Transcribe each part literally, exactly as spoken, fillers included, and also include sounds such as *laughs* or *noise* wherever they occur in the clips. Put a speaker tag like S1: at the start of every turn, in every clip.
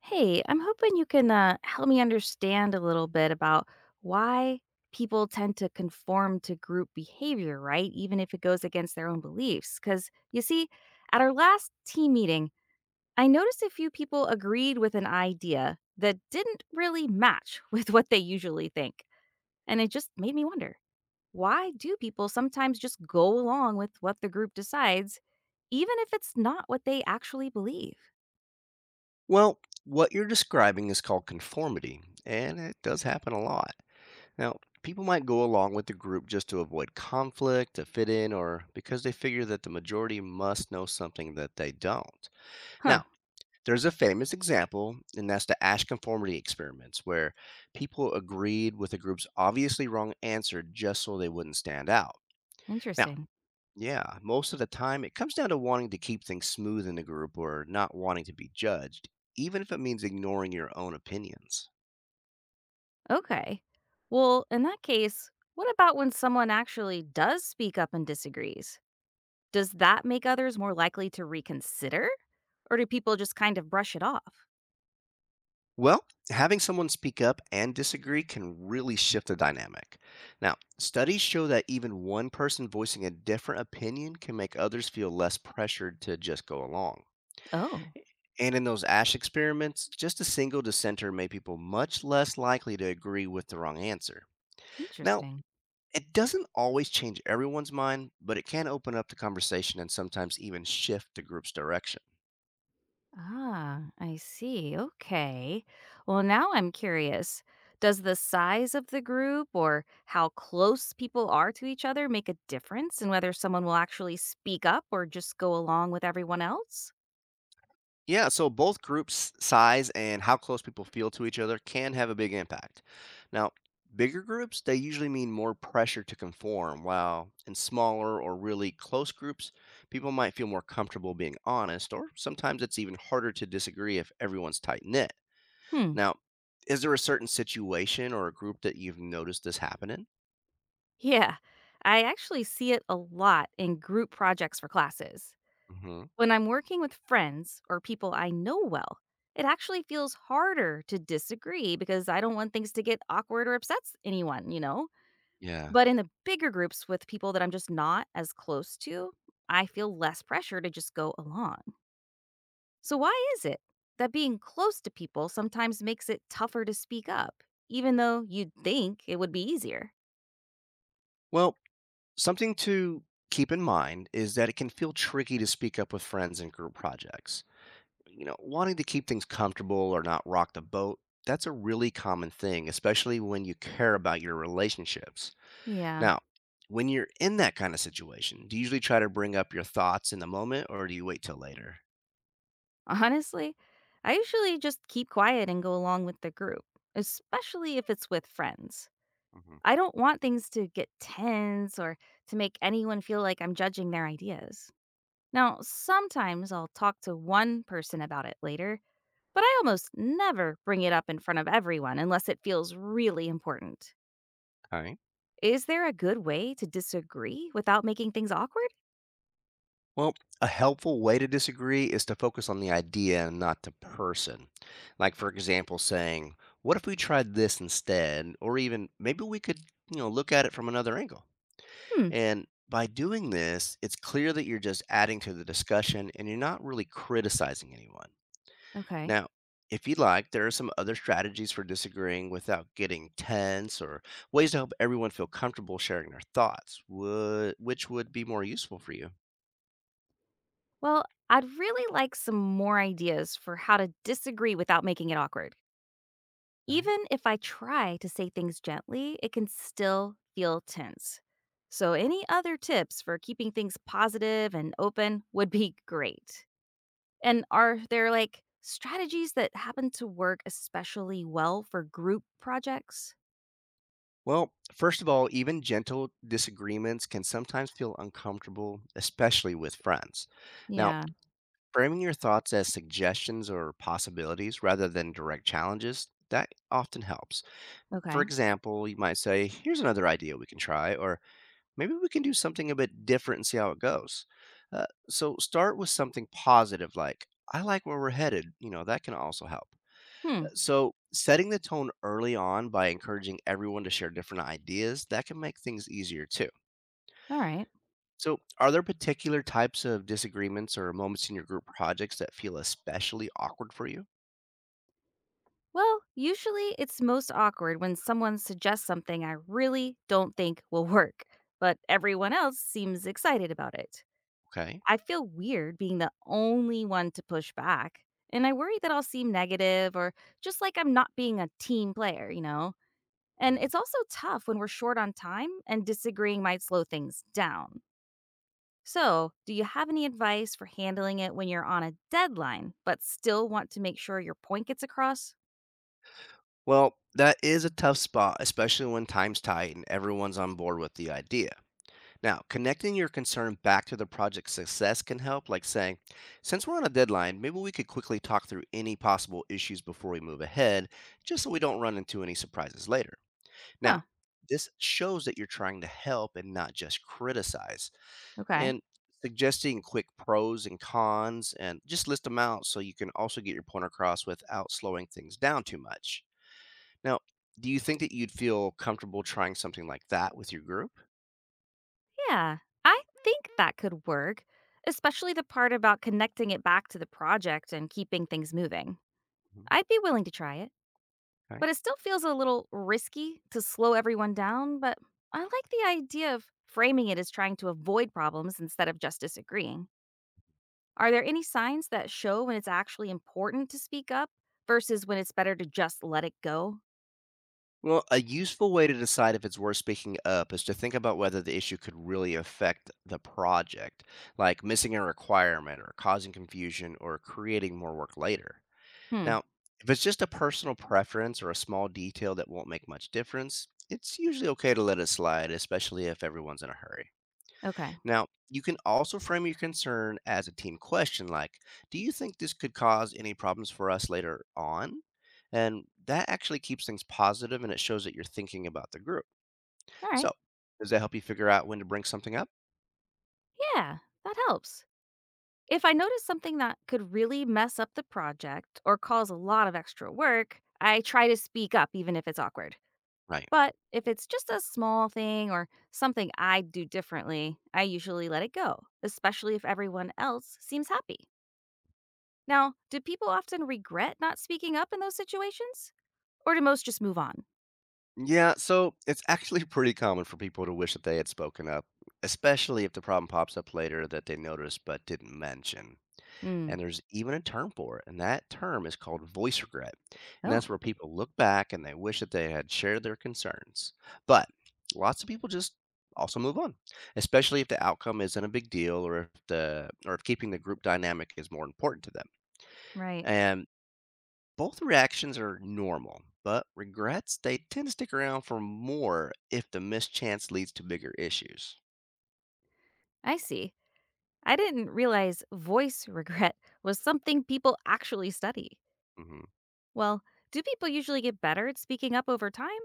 S1: Hey, I'm hoping you can uh, help me understand a little bit about why people tend to conform to group behavior, right? Even if it goes against their own beliefs. Because you see, at our last team meeting, I noticed a few people agreed with an idea that didn't really match *laughs* with what they usually think. And it just made me wonder, why do people sometimes just go along with what the group decides, even if it's not what they actually believe?
S2: Well, what you're describing is called conformity, and it does happen a lot. Now, people might go along with the group just to avoid conflict, to fit in, or because they figure that the majority must know something that they don't.
S1: Huh,
S2: Now, there's a famous example, and that's the Ash conformity experiments, where people agreed with the group's obviously wrong answer just so they wouldn't stand out. Now,
S1: interesting.
S2: yeah, most of the time, it comes down to wanting to keep things smooth in the group or not wanting to be judged, even if it means ignoring your own opinions.
S1: Okay. Well, in that case, what about when someone actually does speak up and disagrees? Does that make others more likely to reconsider? Or do people just kind of brush it off?
S2: Well, having someone speak up and disagree can really shift the dynamic. Now, studies show that even one person voicing a different opinion can make others feel less pressured to just go along.
S1: Oh,
S2: And in those A S H experiments, just a single dissenter made people much less likely to agree with the wrong answer. Now,
S1: interesting.
S2: it doesn't always change everyone's mind, but it can open up the conversation and sometimes even shift the group's direction.
S1: Ah, I see. Okay. Well, now I'm curious. Does the size of the group or how close people are to each other make a difference in whether someone will actually speak up or just go along with everyone else?
S2: Yeah, so both groups' size and how close people feel to each other can have a big impact. Now, bigger groups, they usually mean more pressure to conform, while in smaller or really close groups, people might feel more comfortable being honest, or sometimes it's even harder to disagree if everyone's tight knit.
S1: Hmm.
S2: Now, is there a certain situation or a group that you've noticed this happening?
S1: Yeah, I actually see it a lot in group projects for classes.
S2: Hmm.
S1: When I'm working with friends or people I know well, it actually feels harder to disagree because I don't want things to get awkward or upsets anyone, you know?
S2: Yeah.
S1: But in the bigger groups with people that I'm just not as close to, I feel less pressure to just go along. So, why is it that being close to people sometimes makes it tougher to speak up, even though you'd think it would be easier?
S2: Well, something to keep in mind is that it can feel tricky to speak up with friends in group projects. You know, wanting to keep things comfortable or not rock the boat, that's a really common thing, especially when you care about your relationships.
S1: Yeah.
S2: Now, when you're in that kind of situation, do you usually try to bring up your thoughts in the moment or do you wait till later?
S1: Honestly, I usually just keep quiet and go along with the group, especially if it's with friends.
S2: Mhm.
S1: I don't want things to get tense or to make anyone feel like I'm judging their ideas. Now, sometimes I'll talk to one person about it later, but I almost never bring it up in front of everyone unless it feels really important.
S2: Okay.
S1: Is there a good way to disagree without making things awkward?
S2: Well, a helpful way to disagree is to focus on the idea and not the person. Like, for example, saying, "What if we tried this instead?" Or even, "Maybe we could, you know, look at it from another angle."
S1: Hmm,
S2: And by doing this, it's clear that you're just adding to the discussion and you're not really criticizing anyone.
S1: okay.
S2: Now, if you'd like, there are some other strategies for disagreeing without getting tense or ways to help everyone feel comfortable sharing their thoughts, would, which would be more useful for you.
S1: Well, I'd really like some more ideas for how to disagree without making it awkward.
S2: All right.
S1: Even if I try to say things gently, it can still feel tense. So, any other tips for keeping things positive and open would be *laughs* great. And are there like strategies that happen to work especially well for group projects?
S2: Well, first of all, even gentle disagreements can sometimes feel uncomfortable, especially with friends. Now,
S1: Yeah.
S2: framing your thoughts as suggestions or possibilities rather than direct challenges, that often helps. For
S1: Okay.
S2: example, you might say, "Here's another idea we can try," or "maybe we can do something a bit different and see how it goes." Uh, so start with something positive like, "I like where we're headed." You know, that can also help.
S1: Hmm.
S2: So, setting the tone early on by encouraging everyone to share different ideas, that can make things easier too.
S1: All right.
S2: So, are there particular types of disagreements or moments in your group projects that feel especially awkward for you?
S1: Well, usually it's most awkward when someone suggests something I really don't think will work, but everyone else seems excited about it.
S2: Okay.
S1: I feel weird being the only one to push back. And I worry that I'll seem negative or just like I'm not being a team player, you know? And
S2: Mhm.
S1: it's also tough when we're short on time and disagreeing might slow things down. So, do you have any advice for handling it when you're on a deadline, but still want to make sure your point gets across?
S2: Well, that is a tough spot, especially when time's tight and everyone's on board with the idea. Now, connecting your concern back to the project's success can help, like saying, "since we're on a deadline, maybe we could quickly talk through any possible issues before we move ahead, just so we don't run into any surprises later." Now,
S1: Huh,
S2: this shows that you're trying to help and not just criticize.
S1: okay.
S2: And suggesting quick pros and cons and just list them out so you can also get your point across without slowing things down too much. Now, do you think that you'd feel comfortable trying something like that with your group?
S1: Yeah, I think that could work, especially the part about connecting it back to the project and keeping things moving.
S2: Mhm.
S1: I'd be willing to try it.
S2: Okay.
S1: But it still feels a little risky to slow everyone down, but I like the idea of framing it as trying to avoid problems instead of just disagreeing. Are there any signs that show when it's actually important to speak up versus when it's better to just let it go?
S2: Well, a useful way to decide if it's worth speaking up is to think about whether the issue could really affect the project, like missing a requirement or causing confusion or creating more work later.
S1: Hmm,
S2: Now, if it's just a personal preference or a small detail that won't make much difference, it's usually okay to let it slide, especially if everyone's in a hurry.
S1: okay.
S2: Now, you can also frame your concern as a team question like, "Do you think this could cause any problems for us later on?" And that actually keeps things positive and it shows that you're thinking about the group.
S1: All right.
S2: So, does that help you figure out when to bring something up?
S1: Yeah, that helps. If I notice something that could really mess up the project or cause a lot of extra work, I try to speak up even if it's awkward.
S2: Right.
S1: But if it's just a small thing or something I'd do differently, I usually let it go, especially if everyone else seems happy. Now, do people often regret not speaking up in those situations? Or do most just move on?
S2: Yeah, so it's actually *laughs* pretty common for people to wish that they had spoken up, especially if the problem pops up later that they noticed but didn't mention.
S1: Hmm.
S2: And there's even a term for it, and that term is called voice regret. And that's
S1: Oh,
S2: where people look back and they wish that they had shared their concerns. But lots of people just also move on, especially if the outcome isn't a big deal or if the or if keeping the group dynamic is more important to them.
S1: right.
S2: And both reactions are normal, but regrets, they tend to stick around for more if the mischance leads to bigger issues.
S1: I see. I didn't realize voice regret *laughs* was something people actually study.
S2: Hmm.
S1: Well, do people usually get better at speaking up over time?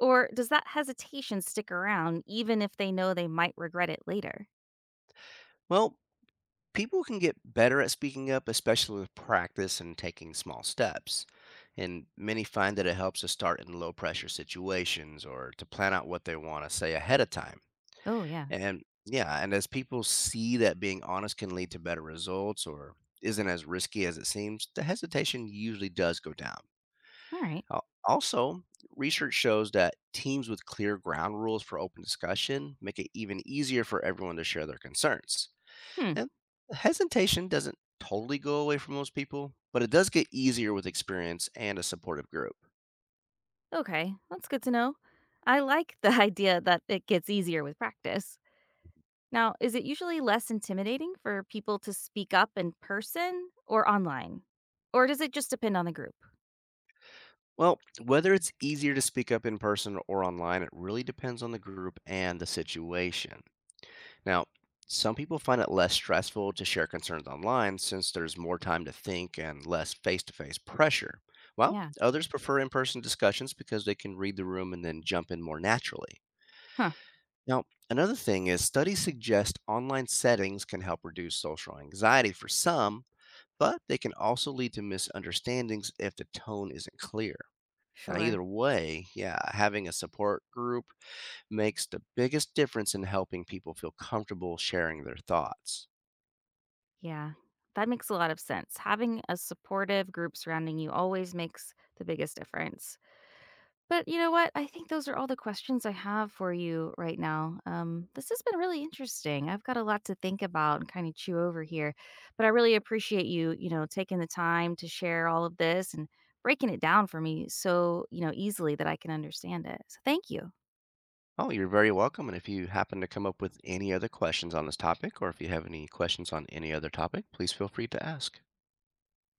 S1: Or does that hesitation stick around even if they know they might regret it later?
S2: Well, people can get better at speaking up, especially with practice and taking small steps. And many find that it helps to start in low pressure situations or to plan out what they want to say ahead of time.
S1: Oh, yeah.
S2: And yeah, and as people see that being honest can lead to better results or isn't as risky as it seems, the hesitation usually does go down.
S1: All right.
S2: Al also, research shows that teams with clear ground rules for open discussion make it even easier for everyone to share their concerns.
S1: Hmm.
S2: And hesitation doesn't totally go away for most people, but it does get easier with experience and a supportive group.
S1: Okay, that's good to know. I like the *laughs* idea that it gets easier with practice. Now, is it usually less intimidating for people to speak up in person or online? Or does it just depend on the group?
S2: Well, whether it's easier to speak up in person or online, it really depends on the group and the situation. Now, some people find it less stressful to share concerns online since there's more time to think and less face to face pressure. While
S1: Yeah.
S2: others prefer in person discussions because they can read the room and then jump in more naturally.
S1: Huh.
S2: Now, another thing is studies suggest online settings can help reduce social anxiety for some, but they can also lead to misunderstandings if the tone isn't clear. Now,
S1: Sure.
S2: either way, yeah, having a support group makes the biggest difference in helping people feel comfortable sharing their thoughts.
S1: Yeah. That makes a lot of sense. Having a supportive group surrounding you always makes the biggest difference. But you know what? I think those are all the questions I have for you right now. Um, this has been really interesting. I've got a lot to think about and kind of chew over here, but I really appreciate you, you know, taking the time to share all of this and breaking it down for me so, you know, easily that I can understand it. So thank you.
S2: Oh, you're very welcome. And if you happen to come up with any other questions on this topic, or if you have any questions on any other topic, please feel free to ask.